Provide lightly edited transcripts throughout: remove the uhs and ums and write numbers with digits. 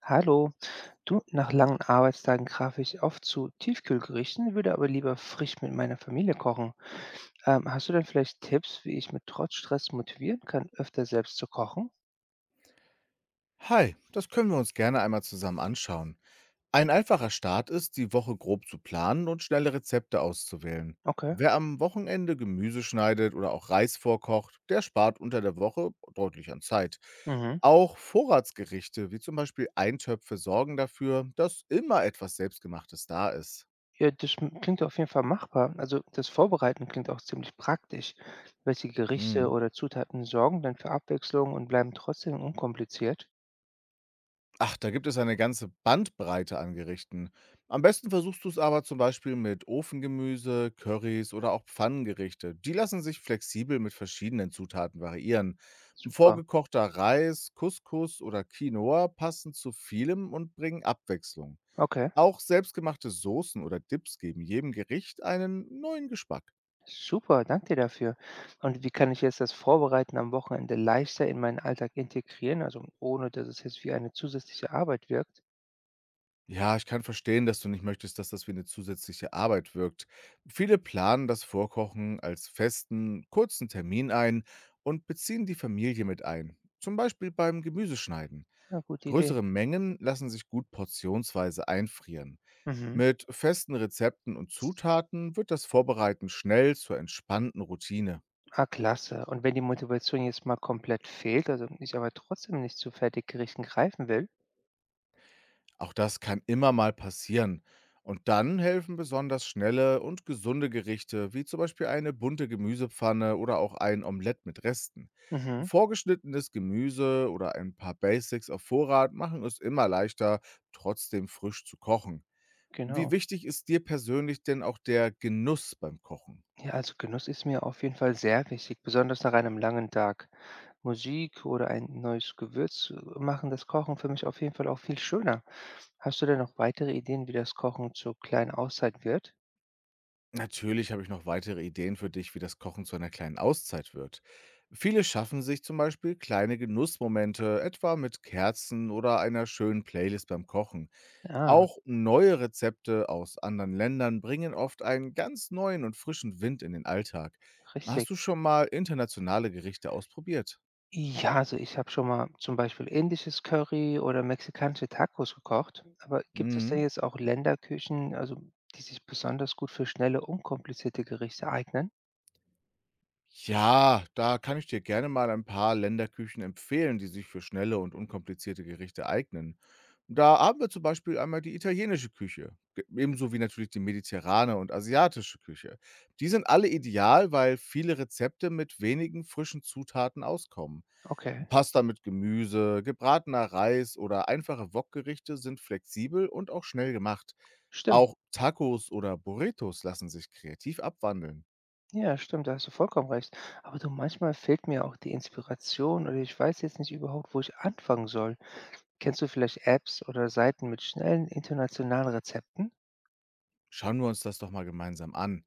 Hallo, du, nach langen Arbeitstagen greife ich oft zu Tiefkühlgerichten, würde aber lieber frisch mit meiner Familie kochen. Hast du denn vielleicht Tipps, wie ich mit trotz Stress motivieren kann, öfter selbst zu kochen? Hi, das können wir uns gerne einmal zusammen anschauen. Ein einfacher Start ist, die Woche grob zu planen und schnelle Rezepte auszuwählen. Okay. Wer am Wochenende Gemüse schneidet oder auch Reis vorkocht, der spart unter der Woche deutlich an Zeit. Mhm. Auch Vorratsgerichte, wie zum Beispiel Eintöpfe, sorgen dafür, dass immer etwas Selbstgemachtes da ist. Ja, klingt auf jeden Fall machbar. Also das Vorbereiten klingt auch ziemlich praktisch. Welche Hm. Gerichte oder Zutaten sorgen denn für Abwechslung und bleiben trotzdem unkompliziert? Ach, da gibt es eine ganze Bandbreite an Gerichten. Am besten versuchst du es aber zum Beispiel mit Ofengemüse, Currys oder auch Pfannengerichte. Die lassen sich flexibel mit verschiedenen Zutaten variieren. Super. Vorgekochter Reis, Couscous oder Quinoa passen zu vielem und bringen Abwechslung. Okay. Auch selbstgemachte Soßen oder Dips geben jedem Gericht einen neuen Geschmack. Super, danke dir dafür. Und wie kann ich jetzt das Vorbereiten am Wochenende leichter in meinen Alltag integrieren, also ohne dass es jetzt wie eine zusätzliche Arbeit wirkt? Ja, ich kann verstehen, dass du nicht möchtest, dass das wie eine zusätzliche Arbeit wirkt. Viele planen das Vorkochen als festen, kurzen Termin ein und beziehen die Familie mit ein, zum Beispiel beim Gemüseschneiden. Ja, gute Idee. Größere Mengen lassen sich gut portionsweise einfrieren. Mhm. Mit festen Rezepten und Zutaten wird das Vorbereiten schnell zur entspannten Routine. Ah, klasse. Und wenn die Motivation jetzt mal komplett fehlt, also ich aber trotzdem nicht zu fertiggerichten greifen will? Auch das kann immer mal passieren. Und dann helfen besonders schnelle und gesunde Gerichte, wie zum Beispiel eine bunte Gemüsepfanne oder auch ein Omelett mit Resten. Mhm, Vorgeschnittenes Gemüse oder ein paar Basics auf Vorrat machen es immer leichter, trotzdem frisch zu kochen. Wie genau. wichtig ist dir persönlich denn auch der Genuss beim Kochen? Ja, also Genuss ist mir auf jeden Fall sehr wichtig, besonders nach einem langen Tag. Musik oder ein neues Gewürz machen das Kochen für mich auf jeden Fall auch viel schöner. Hast du denn noch weitere Ideen, wie das Kochen zur kleinen Auszeit wird? Natürlich habe ich noch weitere Ideen für dich, wie das Kochen zu einer kleinen Auszeit wird. Viele schaffen sich zum Beispiel kleine Genussmomente, etwa mit Kerzen oder einer schönen Playlist beim Kochen. Ah, Auch neue Rezepte aus anderen Ländern bringen oft einen ganz neuen und frischen Wind in den Alltag. Hast du richtig. schon mal internationale Gerichte ausprobiert? Ja, also ich habe schon mal zum Beispiel indisches Curry oder mexikanische Tacos gekocht, aber gibt es denn Mhm. jetzt auch Länderküchen, also die sich besonders gut für schnelle, unkomplizierte Gerichte eignen? Ja, da kann ich dir gerne mal ein paar Länderküchen empfehlen, die sich für schnelle und unkomplizierte Gerichte eignen. Da haben wir zum Beispiel einmal die italienische Küche, ebenso wie natürlich die mediterrane und asiatische Küche. Die sind alle ideal, weil viele Rezepte mit wenigen frischen Zutaten auskommen. Okay, Pasta mit Gemüse, gebratener Reis oder einfache Wokgerichte sind flexibel und auch schnell gemacht. stimmt. Auch Tacos oder Burritos lassen sich kreativ abwandeln. Ja, stimmt, da hast du vollkommen recht. Aber du, manchmal fehlt mir auch die Inspiration oder ich weiß jetzt nicht überhaupt, wo ich anfangen soll. Kennst du vielleicht Apps oder Seiten mit schnellen internationalen Rezepten? Schauen wir uns das doch mal gemeinsam an.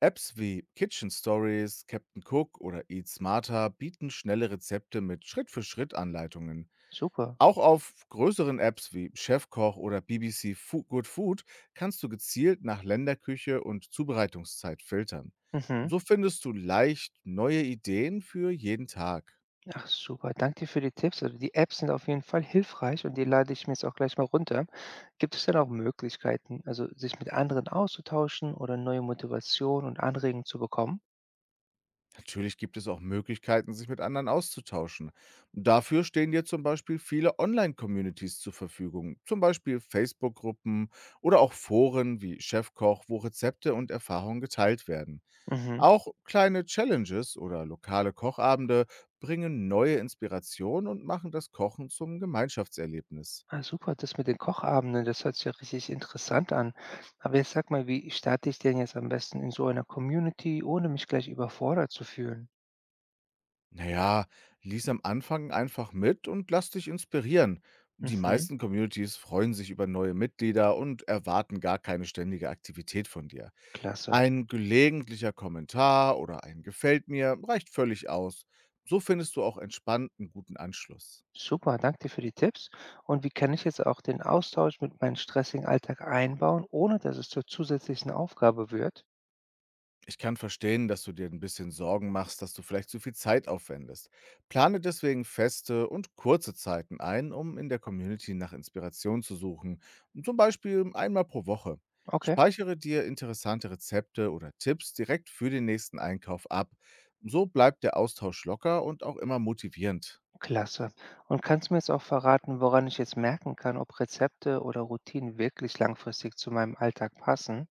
Apps wie Kitchen Stories, Captain Cook oder Eat Smarter bieten schnelle Rezepte mit Schritt-für-Schritt-Anleitungen. Super. Auch auf größeren Apps wie Chefkoch oder BBC Good Food kannst du gezielt nach Länderküche und Zubereitungszeit filtern. Mhm. So findest du leicht neue Ideen für jeden Tag. Ach super, danke dir für die Tipps. Also die Apps sind auf jeden Fall hilfreich und die lade ich mir jetzt auch gleich mal runter. Gibt es denn auch Möglichkeiten, also sich mit anderen auszutauschen oder neue Motivation und Anregungen zu bekommen? Natürlich gibt es auch Möglichkeiten, sich mit anderen auszutauschen. Dafür stehen dir zum Beispiel viele Online-Communities zur Verfügung, zum Beispiel Facebook-Gruppen oder auch Foren wie Chefkoch, wo Rezepte und Erfahrungen geteilt werden. Mhm. Auch kleine Challenges oder lokale Kochabende bringen neue Inspiration und machen das Kochen zum Gemeinschaftserlebnis. Ah, super, das mit den Kochabenden, das hört sich ja richtig interessant an. Aber jetzt sag mal, wie starte ich denn jetzt am besten in so einer Community, ohne mich gleich überfordert zu fühlen? Na ja, lies am Anfang einfach mit und lass dich inspirieren. Die Mhm, meisten Communities freuen sich über neue Mitglieder und erwarten gar keine ständige Aktivität von dir. klasse. Ein gelegentlicher Kommentar oder ein Gefällt mir reicht völlig aus. So findest du auch entspannt einen guten Anschluss. Super, danke dir für die Tipps. Und wie kann ich jetzt auch den Austausch mit meinem stressigen Alltag einbauen, ohne dass es zur zusätzlichen Aufgabe wird? Ich kann verstehen, dass du dir ein bisschen Sorgen machst, dass du vielleicht zu viel Zeit aufwendest. Plane deswegen feste und kurze Zeiten ein, um in der Community nach Inspiration zu suchen, zum Beispiel einmal pro Woche. Okay, Speichere dir interessante Rezepte oder Tipps direkt für den nächsten Einkauf ab. So bleibt der Austausch locker und auch immer motivierend. klasse. Und kannst du mir jetzt auch verraten, woran ich jetzt merken kann, ob Rezepte oder Routinen wirklich langfristig zu meinem Alltag passen?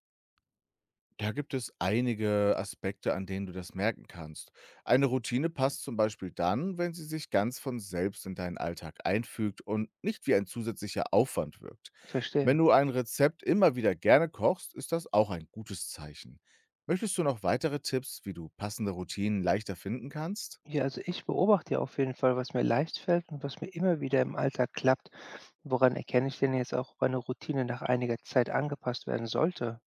Da gibt es einige Aspekte, an denen du das merken kannst. Eine Routine passt zum Beispiel dann, wenn sie sich ganz von selbst in deinen Alltag einfügt und nicht wie ein zusätzlicher Aufwand wirkt. Wenn Verstehe. du ein Rezept immer wieder gerne kochst, ist das auch ein gutes Zeichen. Möchtest du noch weitere Tipps, wie du passende Routinen leichter finden kannst? Ja, also ich beobachte ja auf jeden Fall, was mir leicht fällt und was mir immer wieder im Alltag klappt. Woran erkenne ich denn jetzt auch, ob eine Routine nach einiger Zeit angepasst werden sollte?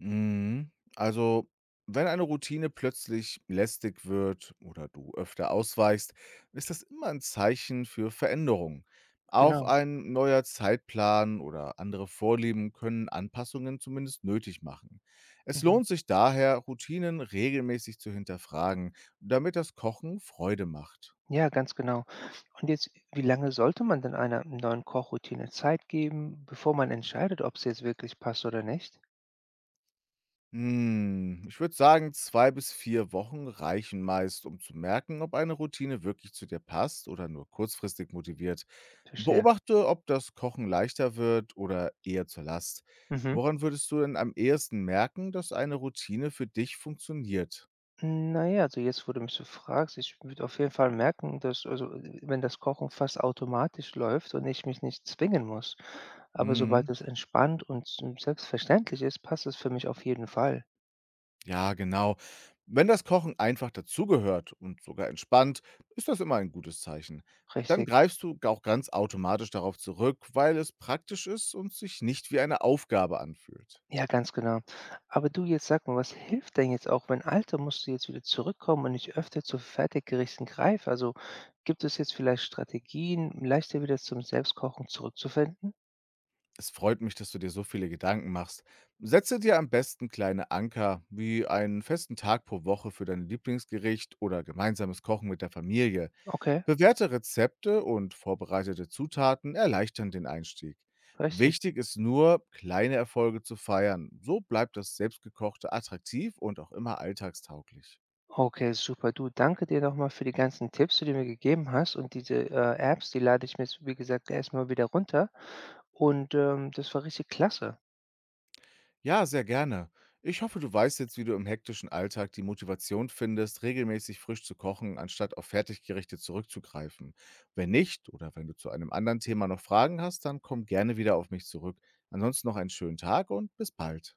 Mhm. Also, wenn eine Routine plötzlich lästig wird oder du öfter ausweichst, ist das immer ein Zeichen für Veränderung. Auch Genau. ein neuer Zeitplan oder andere Vorlieben können Anpassungen zumindest nötig machen. Es Mhm. lohnt sich daher, Routinen regelmäßig zu hinterfragen, damit das Kochen Freude macht. Ja, ganz genau. Und jetzt, wie lange sollte man denn einer neuen Kochroutine Zeit geben, bevor man entscheidet, ob sie jetzt wirklich passt oder nicht? Hm, ich würde sagen, 2 bis 4 Wochen reichen meist, um zu merken, ob eine Routine wirklich zu dir passt oder nur kurzfristig motiviert. Verstehe. Beobachte, ob das Kochen leichter wird oder eher zur Last. Mhm. Woran würdest du denn am ehesten merken, dass eine Routine für dich funktioniert? Na ja, also jetzt, wo du mich so fragst, ich würde auf jeden Fall merken, dass wenn das Kochen fast automatisch läuft und ich mich nicht zwingen muss. Aber sobald Mhm. es entspannt und selbstverständlich ist, passt es für mich auf jeden Fall. Ja, genau. Wenn das Kochen einfach dazugehört und sogar entspannt, ist das immer ein gutes Zeichen. Dann Richtig. greifst du auch ganz automatisch darauf zurück, weil es praktisch ist und sich nicht wie eine Aufgabe anfühlt. Ja, ganz genau. Aber du, jetzt sag mal, was hilft denn jetzt auch, wenn alte Muster jetzt wieder zurückkommen und ich öfter zu Fertiggerichten greife? Also, gibt es jetzt vielleicht Strategien, leichter wieder zum Selbstkochen zurückzufinden? Es freut mich, dass du dir so viele Gedanken machst. Setze dir am besten kleine Anker, wie einen festen Tag pro Woche für dein Lieblingsgericht oder gemeinsames Kochen mit der Familie. Okay, Bewährte Rezepte und vorbereitete Zutaten erleichtern den Einstieg. richtig. Wichtig ist nur, kleine Erfolge zu feiern. So bleibt das Selbstgekochte attraktiv und auch immer alltagstauglich. Okay, super. Du, danke dir nochmal für die ganzen Tipps, die du mir gegeben hast. Und diese Apps, die lade ich mir jetzt, wie gesagt, erstmal wieder runter. Und das war richtig klasse. Ja, sehr gerne. Ich hoffe, du weißt jetzt, wie du im hektischen Alltag die Motivation findest, regelmäßig frisch zu kochen, anstatt auf Fertiggerichte zurückzugreifen. Wenn nicht oder wenn du zu einem anderen Thema noch Fragen hast, dann komm gerne wieder auf mich zurück. Ansonsten noch einen schönen Tag und bis bald.